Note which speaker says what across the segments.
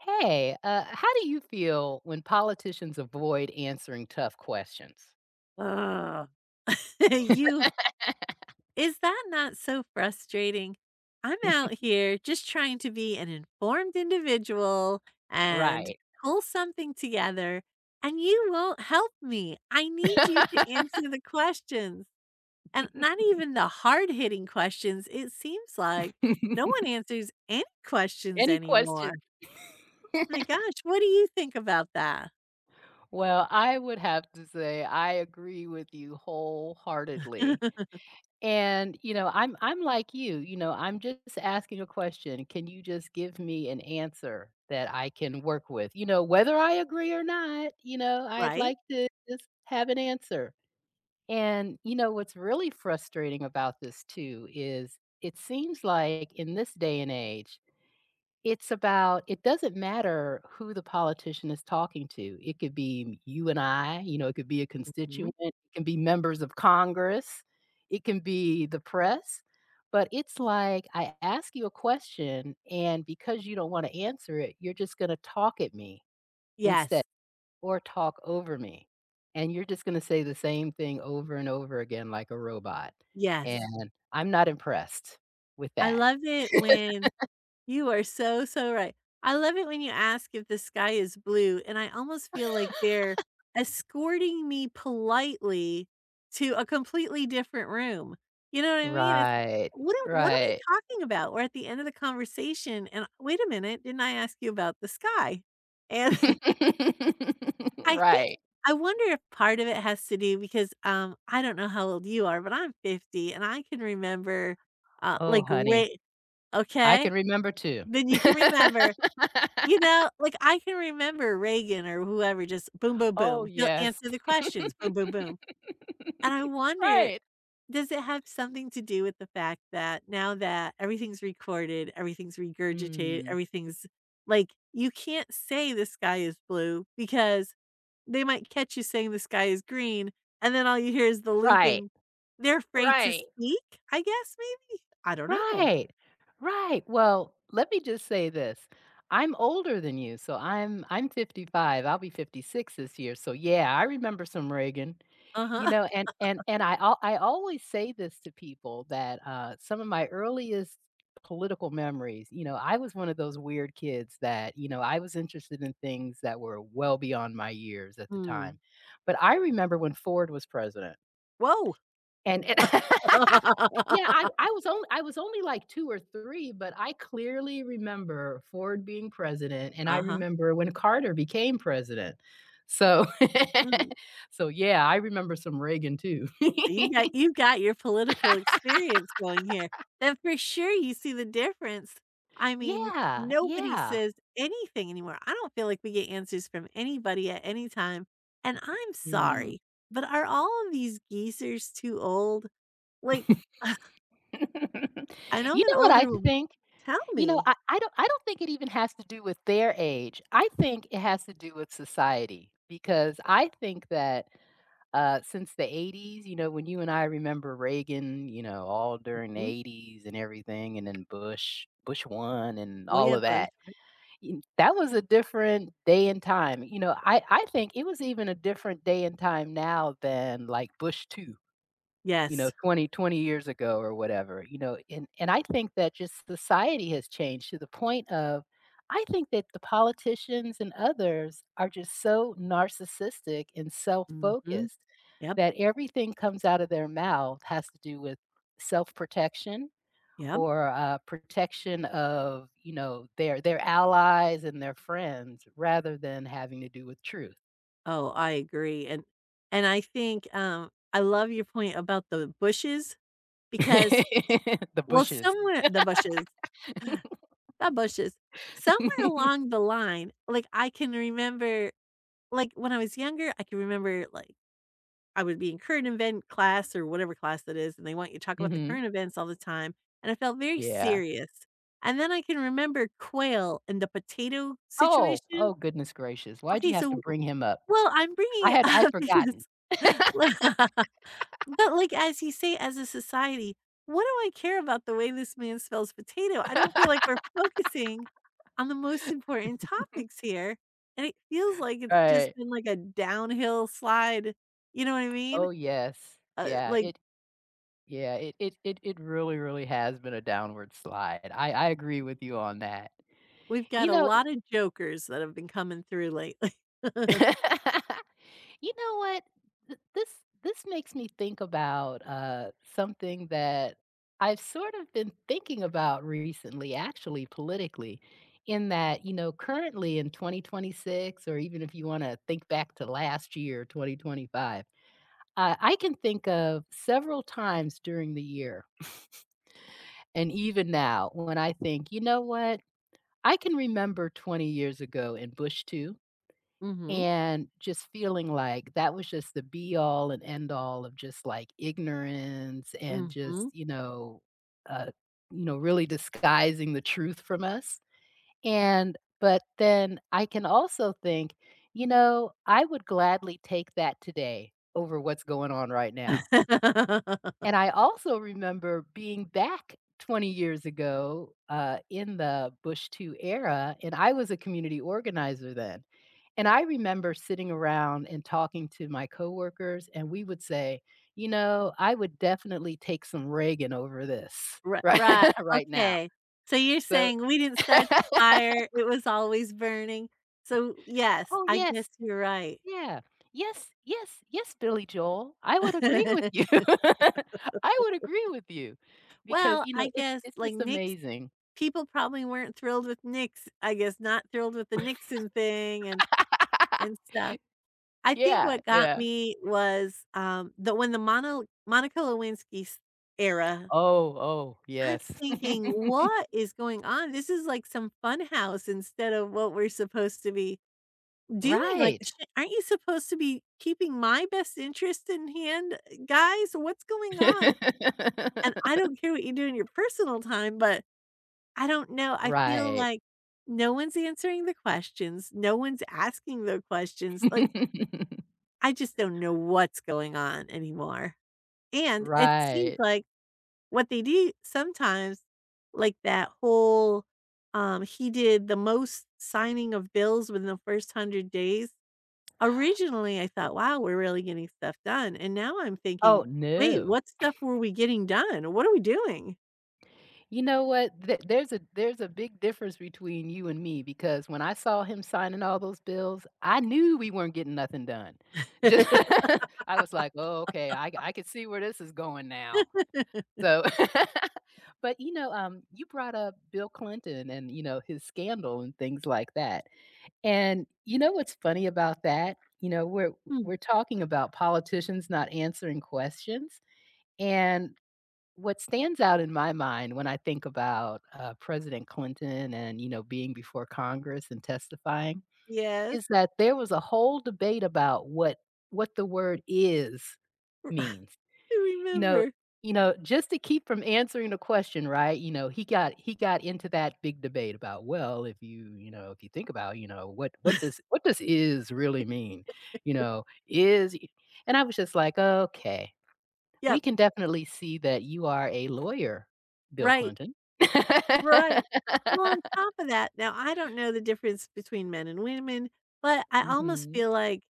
Speaker 1: Hey, how do you feel when politicians avoid answering tough questions?
Speaker 2: Oh, You is that not so frustrating? I'm out here just trying to be an informed individual and
Speaker 1: Right.
Speaker 2: pull something together, and you won't help me. I need you to answer the questions, and not even the hard-hitting questions, it seems like. No one answers any questions
Speaker 1: Any
Speaker 2: anymore.
Speaker 1: questions?
Speaker 2: My gosh, what do you think about that?
Speaker 1: Well, I would have to say I agree with you wholeheartedly. And, you know, I'm like you know, I'm just asking a question. Can you just give me an answer that I can work with? You know, whether I agree or not, you know, I'd
Speaker 2: Right?
Speaker 1: like to just have an answer. And, you know, what's really frustrating about this too is it seems like in this day and age, it doesn't matter who the politician is talking to. It could be you and I, you know, it could be a
Speaker 2: Mhm.
Speaker 1: constituent, it can be members of Congress, it can be the press. But it's like I ask you a question, and because you don't want to answer it, you're just going to talk at me instead,
Speaker 2: Yes,
Speaker 1: or talk over me, and you're just gonna say the same thing over and over again like a robot. Yeah.
Speaker 2: yes.
Speaker 1: And I'm not impressed with
Speaker 2: I
Speaker 1: that.
Speaker 2: love it when You are so, so right. I love it when you ask if the sky is blue, and I almost feel like they're escorting me politely to a completely different room. You know what I mean? It's like,
Speaker 1: Right,
Speaker 2: what are we
Speaker 1: right.
Speaker 2: talking about? We're at the end of the conversation, and wait a minute, didn't I ask you about the sky? And I think
Speaker 1: Right.
Speaker 2: I wonder if part of it has to do because I don't know how old you are, but I'm 50, and I can remember
Speaker 1: Oh,
Speaker 2: like
Speaker 1: honey,
Speaker 2: ra
Speaker 1: I
Speaker 2: Okay,
Speaker 1: can remember too.
Speaker 2: then you can remember you know, like, I can remember Reagan or whoever just boom, boom,
Speaker 1: Oh,
Speaker 2: boom. He'll
Speaker 1: yes.
Speaker 2: answer the questions, boom, boom, boom. And I wonder,
Speaker 1: Right.
Speaker 2: does it have something to do with the fact that now that everything's recorded, everything's regurgitated,
Speaker 1: Mm.
Speaker 2: everything's like, you can't say the sky is blue because they might catch you saying the sky is green, and then all you hear is the
Speaker 1: Right,
Speaker 2: looping. They're afraid to
Speaker 1: right.
Speaker 2: speak, I guess, maybe? I don't know.
Speaker 1: Right. Right. Well, let me just say this. I'm older than you, so I'm 55. I'll be 56 this year. So yeah, I remember some Reagan. You
Speaker 2: Uh-huh.
Speaker 1: know, and I always say this to people that, some of my earliest political memories, you know, I was one of those weird kids that, you know, I was interested in things that were well beyond my years at the
Speaker 2: Hmm.
Speaker 1: time. But I remember when Ford was president.
Speaker 2: Whoa.
Speaker 1: And Yeah, I I was only I was only, like, 2 or 3, but I clearly remember Ford being president, and I
Speaker 2: Uh-huh.
Speaker 1: remember when Carter became president. So
Speaker 2: Mm.
Speaker 1: so, yeah, I remember some Reagan too.
Speaker 2: So you got you got your political experience going here, then for sure you see the difference. I mean,
Speaker 1: Yeah,
Speaker 2: nobody
Speaker 1: yeah.
Speaker 2: says anything anymore. I don't feel like we get answers from anybody at any time, and I'm
Speaker 1: Mm.
Speaker 2: sorry, but are all of these geezers too old? Like, I know
Speaker 1: You
Speaker 2: I'm
Speaker 1: know
Speaker 2: an
Speaker 1: what I
Speaker 2: older one.
Speaker 1: think?
Speaker 2: Tell
Speaker 1: You know,
Speaker 2: me.
Speaker 1: I don't think it even has to do with their age. I think it has to do with society because I think that, since the '80s, you know, when you and I remember Reagan, you know, all during the
Speaker 2: Mm,
Speaker 1: '80s and everything, and then Bush 1 and
Speaker 2: oh,
Speaker 1: all
Speaker 2: yeah,
Speaker 1: of
Speaker 2: Bush.
Speaker 1: that. Y That was a different day and time, you know, I think it was even a different day and time now than, like, Bush 2, you know,
Speaker 2: Yes.
Speaker 1: twenty years ago or whatever, you know, and I think that just society has changed to the point of, I think that the politicians and others are just so narcissistic and
Speaker 2: Mhm.
Speaker 1: self-focused
Speaker 2: Yep,
Speaker 1: that everything comes out of their mouth has to do with self-protection
Speaker 2: yep.
Speaker 1: or protection of, you know, their allies and their friends rather than having to do with truth.
Speaker 2: Oh, I agree, and I think, I love your point about the Bushes because
Speaker 1: The
Speaker 2: Well,
Speaker 1: bushes.
Speaker 2: somewhere the bushes, the bushes. Somewhere along the line, like, I can remember like, when I was younger, I can remember, like, I would be in current event class or whatever class that is, and they want you to talk about the
Speaker 1: Hmm.
Speaker 2: current events all the time, and I felt very
Speaker 1: Yeah.
Speaker 2: serious. And then I can remember quail and the potato
Speaker 1: Oh,
Speaker 2: situation.
Speaker 1: oh, goodness gracious. Why'd
Speaker 2: Okay,
Speaker 1: you have to
Speaker 2: so
Speaker 1: bring him up?
Speaker 2: well, I'm
Speaker 1: I
Speaker 2: bringing it
Speaker 1: had I'd
Speaker 2: up because
Speaker 1: forgotten.
Speaker 2: But, like, as you say, as a society, what do I care about the way this man spells potato? I don't feel like we're focusing on the most important topics here, and it feels like it's just
Speaker 1: Right.
Speaker 2: been like a downhill slide, you know what I mean?
Speaker 1: Oh, yes.
Speaker 2: Uh,
Speaker 1: Yeah,
Speaker 2: like,
Speaker 1: it yeah, it it it it really, really has been a downward slide. I agree with you on that.
Speaker 2: we've got
Speaker 1: You
Speaker 2: a
Speaker 1: know.
Speaker 2: lot of jokers that have been coming through lately.
Speaker 1: You know what? Th- This this makes me think about something that I've sort of been thinking about recently, actually politically, in that, you know, currently in 2026, or even if you want to think back to last year, 2025, I can think of several times during the year, and even now when I think, you know what, I can remember 20 years ago in Bush 2,
Speaker 2: Mhm,
Speaker 1: and just feeling like that was just the be all and end all of just like ignorance and just,
Speaker 2: mhm.
Speaker 1: uh, you know, really disguising the truth from us. And but then I can also think, you know, I would gladly take that today over what's going on right
Speaker 2: Ri
Speaker 1: now. And I also remember being back 20 years ago, in the Bush II era, and I was a community organizer then. And I remember sitting around and talking to my coworkers, and we would say, "You know, I would definitely take some Reagan over this right
Speaker 2: right,
Speaker 1: right now."
Speaker 2: okay. So you're
Speaker 1: So
Speaker 2: saying we didn't start the fire, it was always burning. So, yes,
Speaker 1: Oh,
Speaker 2: I
Speaker 1: yes.
Speaker 2: guess you're right.
Speaker 1: Yeah. "Yes, yes, yes, Billy Joel, I would agree with you. I would agree with you." Because,
Speaker 2: Well,
Speaker 1: you know,
Speaker 2: I
Speaker 1: it's
Speaker 2: guess,
Speaker 1: it's
Speaker 2: like,
Speaker 1: just
Speaker 2: Nix
Speaker 1: amazing.
Speaker 2: people probably weren't thrilled with Nix, I guess not thrilled with the Nixon thing and stuff. I think
Speaker 1: Yeah,
Speaker 2: what got
Speaker 1: yeah.
Speaker 2: me was, the when the Mono Monica Lewinsky's era,
Speaker 1: Oh, oh,
Speaker 2: I'm
Speaker 1: yes.
Speaker 2: thinking, "What is going on? This is like some funhouse instead of what we're supposed to be doing, like,
Speaker 1: Right.
Speaker 2: sh aren't you supposed to be keeping my best interest in hand, guys? What's going on? And I don't care what you do in your personal time, but I don't know, I feel
Speaker 1: Right.
Speaker 2: like no one's answering the questions, no one's asking the questions, like, I just don't know what's going on anymore, and it seems
Speaker 1: Right.
Speaker 2: like what they do sometimes, like that whole, he did the most signing of bills within the first 100 days. Originally, I thought, "Wow, we're really getting stuff done," and now I'm
Speaker 1: Oh,
Speaker 2: thinking, "Wait,
Speaker 1: no.
Speaker 2: what stuff were we getting done? What are we doing?"
Speaker 1: You know what? Th there's a big difference between you and me because when I saw him signing all those bills, I knew we weren't getting nothing done. Just I was like, "Oh, okay. I could see where this is going now." So but, you know, you brought up Bill Clinton and, you know, his scandal and things like that. And you know what's funny about that? You know, we're
Speaker 2: Hmm,
Speaker 1: we're talking about politicians not answering questions, and what stands out in my mind when I think about, President Clinton and, you know, being before Congress and testifying
Speaker 2: yes,
Speaker 1: is that there was a whole debate about what the word "is"
Speaker 2: I
Speaker 1: means. You know
Speaker 2: remember.
Speaker 1: you know, just to keep from answering the question, right, you know, he got into that big debate about, well, if you think about, you know, what what does what does "is" really mean? You know, "is," and I was just like, "Okay, we
Speaker 2: Yep.
Speaker 1: can definitely see that you are a lawyer, Bill
Speaker 2: Right,
Speaker 1: Clinton."
Speaker 2: right. Well, on top of that, now I don't know the difference between men and women, but I almost
Speaker 1: Mhm.
Speaker 2: feel like,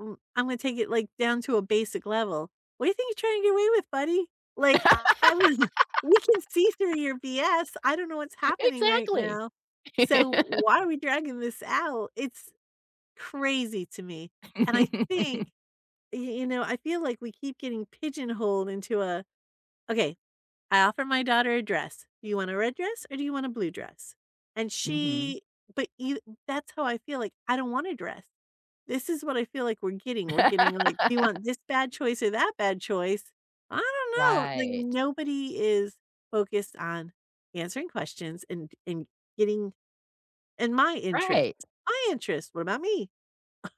Speaker 2: mm, I'm gonna take it, like, down to a basic level. "What do you think you're trying to get away with, buddy? Like, I was we can see through your BS. I don't know what's happening right
Speaker 1: Exactly.
Speaker 2: now, so why are we dragging this out?" It's crazy to me, and I think y you know, I feel like we keep getting pigeonholed into a, "Okay, I offer my daughter a dress. Do you want a red dress or do you want a blue dress?" And
Speaker 1: Mhm.
Speaker 2: she but you that's how I feel, like, I don't want a dress. This is what I feel like we're getting. We're getting, like, "Do you want this bad choice or that bad choice?" I don't know. Like,
Speaker 1: Right.
Speaker 2: nobody is focused on answering questions and getting and my
Speaker 1: Right.
Speaker 2: interests. My interests. What about me?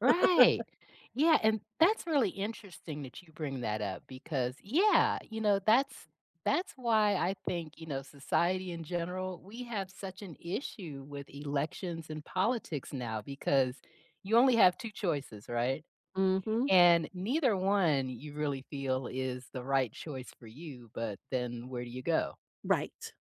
Speaker 1: Right. Yeah, and that's really interesting that you bring that up because yeah, you know, that's why I think, you know, society in general, we have such an issue with elections and politics now because you only have two choices, right?
Speaker 2: Mhm.
Speaker 1: And neither one you really feel is the right choice for you, but then where do you go?
Speaker 2: Right.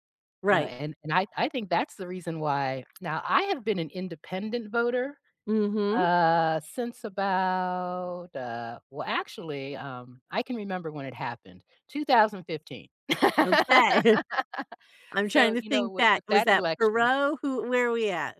Speaker 1: You know,
Speaker 2: Right.
Speaker 1: and I think that's the reason why now I have been an independent voter
Speaker 2: Mhm.
Speaker 1: since about, well, actually, I can remember when it happened, 2015.
Speaker 2: Okay. I'm trying
Speaker 1: So,
Speaker 2: to
Speaker 1: you know,
Speaker 2: think
Speaker 1: with
Speaker 2: back.
Speaker 1: with
Speaker 2: Was
Speaker 1: that
Speaker 2: that
Speaker 1: election
Speaker 2: Perot? Who where are we at?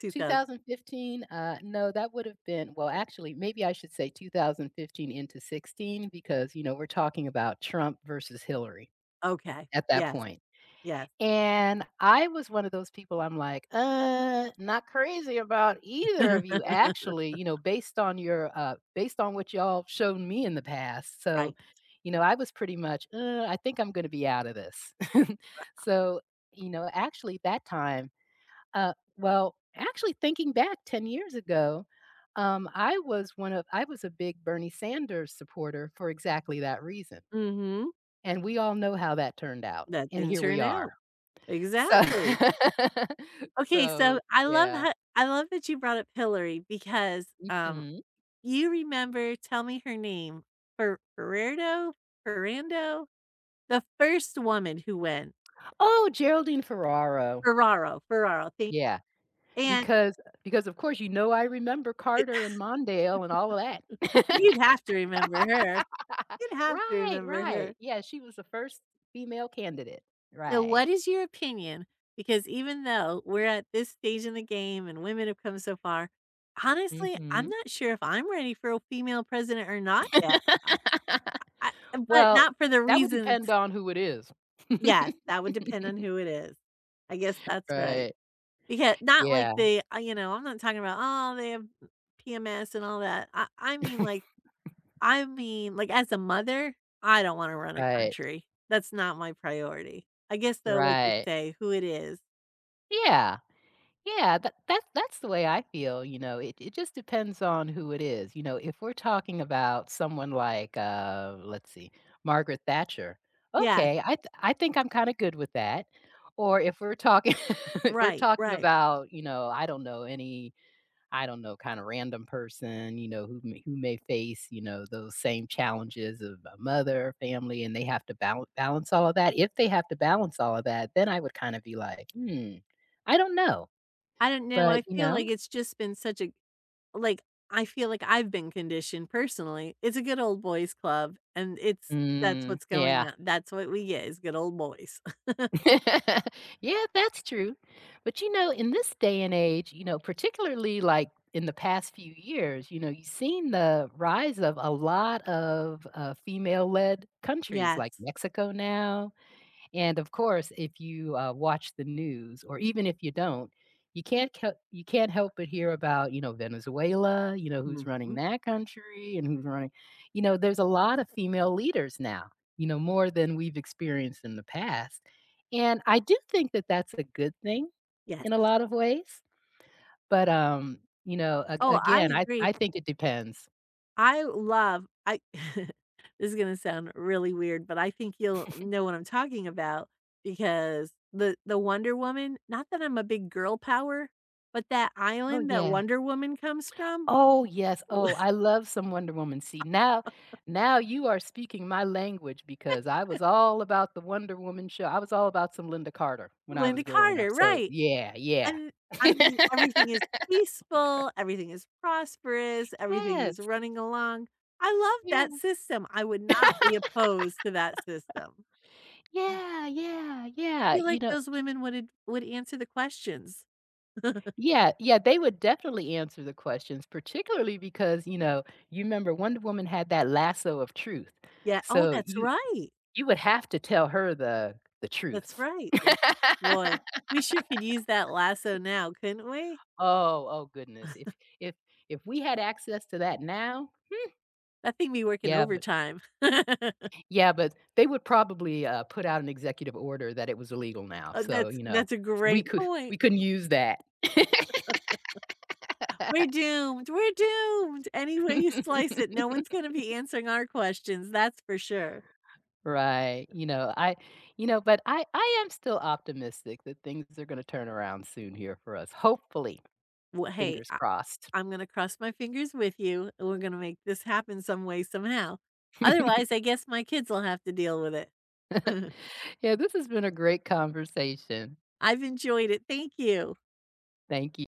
Speaker 2: 2000.
Speaker 1: 2015, no, that would have been, well, actually, maybe I should say 2015 into 16 because, you know, we're talking about Trump versus Hillary
Speaker 2: Okay.
Speaker 1: at that
Speaker 2: Yes,
Speaker 1: point.
Speaker 2: yes.
Speaker 1: And I was one of those people. I'm like, Not crazy about either of you actually, you know, based on your, based on what y'all shown me in the past." So,
Speaker 2: Right.
Speaker 1: you know, I was pretty much, I think I'm gonna be out of this." So, you know, actually that time, well, actually thinking back 10 years ago, I was a big Bernie Sanders supporter for exactly that reason,
Speaker 2: Mhm.
Speaker 1: and we all know how that turned out,
Speaker 2: That
Speaker 1: and
Speaker 2: didn't
Speaker 1: here we
Speaker 2: turn
Speaker 1: are.
Speaker 2: out.
Speaker 1: So
Speaker 2: Exactly. Okay, so
Speaker 1: so, yeah.
Speaker 2: I love that you brought up Hillary because,
Speaker 1: Mhm.
Speaker 2: you remember tell me her name, Ferrero Ferrando? The first woman who went.
Speaker 1: Oh, Geraldine Ferraro.
Speaker 2: Ferraro, Ferraro, thank
Speaker 1: Yeah.
Speaker 2: and
Speaker 1: Because because, of course, you know, I remember Carter and Mondale and all of that.
Speaker 2: you'd have to remember her. You'd have to
Speaker 1: Right,
Speaker 2: remember her.
Speaker 1: right. Yeah, she was the first female candidate.
Speaker 2: So,
Speaker 1: Right.
Speaker 2: what is your opinion? Because even though we're at this stage in the game and women have come so far, honestly, I'm
Speaker 1: Mhm.
Speaker 2: not sure if I'm ready for a female president or not yet. I but
Speaker 1: Well,
Speaker 2: not for the
Speaker 1: that would
Speaker 2: reasons
Speaker 1: depend on who it is.
Speaker 2: yes, that would depend on who it is. I guess that's right.
Speaker 1: Right.
Speaker 2: Because not like
Speaker 1: Yeah,
Speaker 2: they you know, I'm not talking about, "Oh, they have PMS and all that." I mean, like, as a mother, I don't wanna run a
Speaker 1: right,
Speaker 2: country. That's not my priority. I guess, though, like you
Speaker 1: right.
Speaker 2: say, who it is.
Speaker 1: Yeah. Yeah, that's the way I feel, you know, it just depends on who it is, you know, if we're talking about someone like, let's see, Margaret Thatcher,
Speaker 2: Yeah.
Speaker 1: okay, I think I'm kinda good with that, or if we're talking if we're
Speaker 2: Right,
Speaker 1: talking
Speaker 2: right.
Speaker 1: about, you know, I don't know, any, I don't know, kinda random person, you know, who may face, you know, those same challenges of a mother, family, and they have to balance all of that, if they have to balance all of that, then I would kinda be like, "Hmm, I don't know."
Speaker 2: I don't know,
Speaker 1: But,
Speaker 2: I
Speaker 1: you
Speaker 2: feel like
Speaker 1: know,
Speaker 2: it's just been such a like, I feel like I've been conditioned personally. It's a good old boys club, and it's that's what's going
Speaker 1: yeah.
Speaker 2: on. That's what we get is good old boys.
Speaker 1: Yeah, that's true. But, you know, in this day and age, you know, particularly, like, in the past few years, you know, you've seen the rise of a lot of, female-led countries like
Speaker 2: Yes.
Speaker 1: Mexico now. And of course, if you, watch the news or even if you don't, you can't help but hear about, you know, Venezuela, you know, who's running
Speaker 2: Mhm.
Speaker 1: that country and who's running, you know, there's a lot of female leaders now, you know, more than we've experienced in the past. And I do think that that's a good thing
Speaker 2: Yes.
Speaker 1: in a lot of ways, but, you know, ag
Speaker 2: Oh, I
Speaker 1: again, I
Speaker 2: agree.
Speaker 1: I think it depends.
Speaker 2: I love I this is gonna sound really weird, but I think you'll know what I'm talking about because the Wonder Woman not that I'm a big girl power, but that
Speaker 1: Oh,
Speaker 2: island that
Speaker 1: yeah.
Speaker 2: Wonder Woman comes from
Speaker 1: Oh, yes. Oh, I love some Wonder Woman. See, now you are speaking my language because I was all about the Wonder Woman show. I was all about some Linda Carter when I was
Speaker 2: Linda
Speaker 1: growing up.
Speaker 2: Carter,
Speaker 1: So,
Speaker 2: right,
Speaker 1: yeah, yeah.
Speaker 2: and I mean, everything is peaceful, everything is prosperous, everything
Speaker 1: Yes,
Speaker 2: is running along. I love that
Speaker 1: yes.
Speaker 2: system, I would not be opposed to that system.
Speaker 1: Yeah, yeah,
Speaker 2: I
Speaker 1: yeah,
Speaker 2: feel
Speaker 1: you
Speaker 2: like
Speaker 1: know,
Speaker 2: those women would ad would answer the questions.
Speaker 1: yeah, yeah, they would definitely answer the questions, particularly because, you know, you remember Wonder Woman had that lasso of truth.
Speaker 2: Yeah, oh,
Speaker 1: So,
Speaker 2: that's
Speaker 1: you
Speaker 2: right,
Speaker 1: you would have to tell her the
Speaker 2: that's
Speaker 1: truth.
Speaker 2: right, that's boy, we sure could use that lasso now, couldn't we?
Speaker 1: Oh, oh goodness. If if we had access to that now,
Speaker 2: That thing be working
Speaker 1: yeah, but
Speaker 2: overtime.
Speaker 1: yeah, but they would probably, put out an executive order that it was illegal now,
Speaker 2: Oh,
Speaker 1: so,
Speaker 2: that's
Speaker 1: you know,
Speaker 2: a
Speaker 1: we
Speaker 2: great
Speaker 1: could we
Speaker 2: point.
Speaker 1: couldn't use that.
Speaker 2: We're doomed, we're doomed. Any way you slice it, no one's gonna be answering our questions, that's for sure.
Speaker 1: Right, you know, but I am still optimistic that things are gonna turn around soon here for us, hopefully,
Speaker 2: Well, hey,
Speaker 1: fingers crossed.
Speaker 2: I'm gonna cross my fingers with you, and we're gonna make this happen some way, somehow. Otherwise, I guess my kids will have to deal with it.
Speaker 1: Yeah, this has been a great conversation.
Speaker 2: I've enjoyed it, thank you.
Speaker 1: Thank you.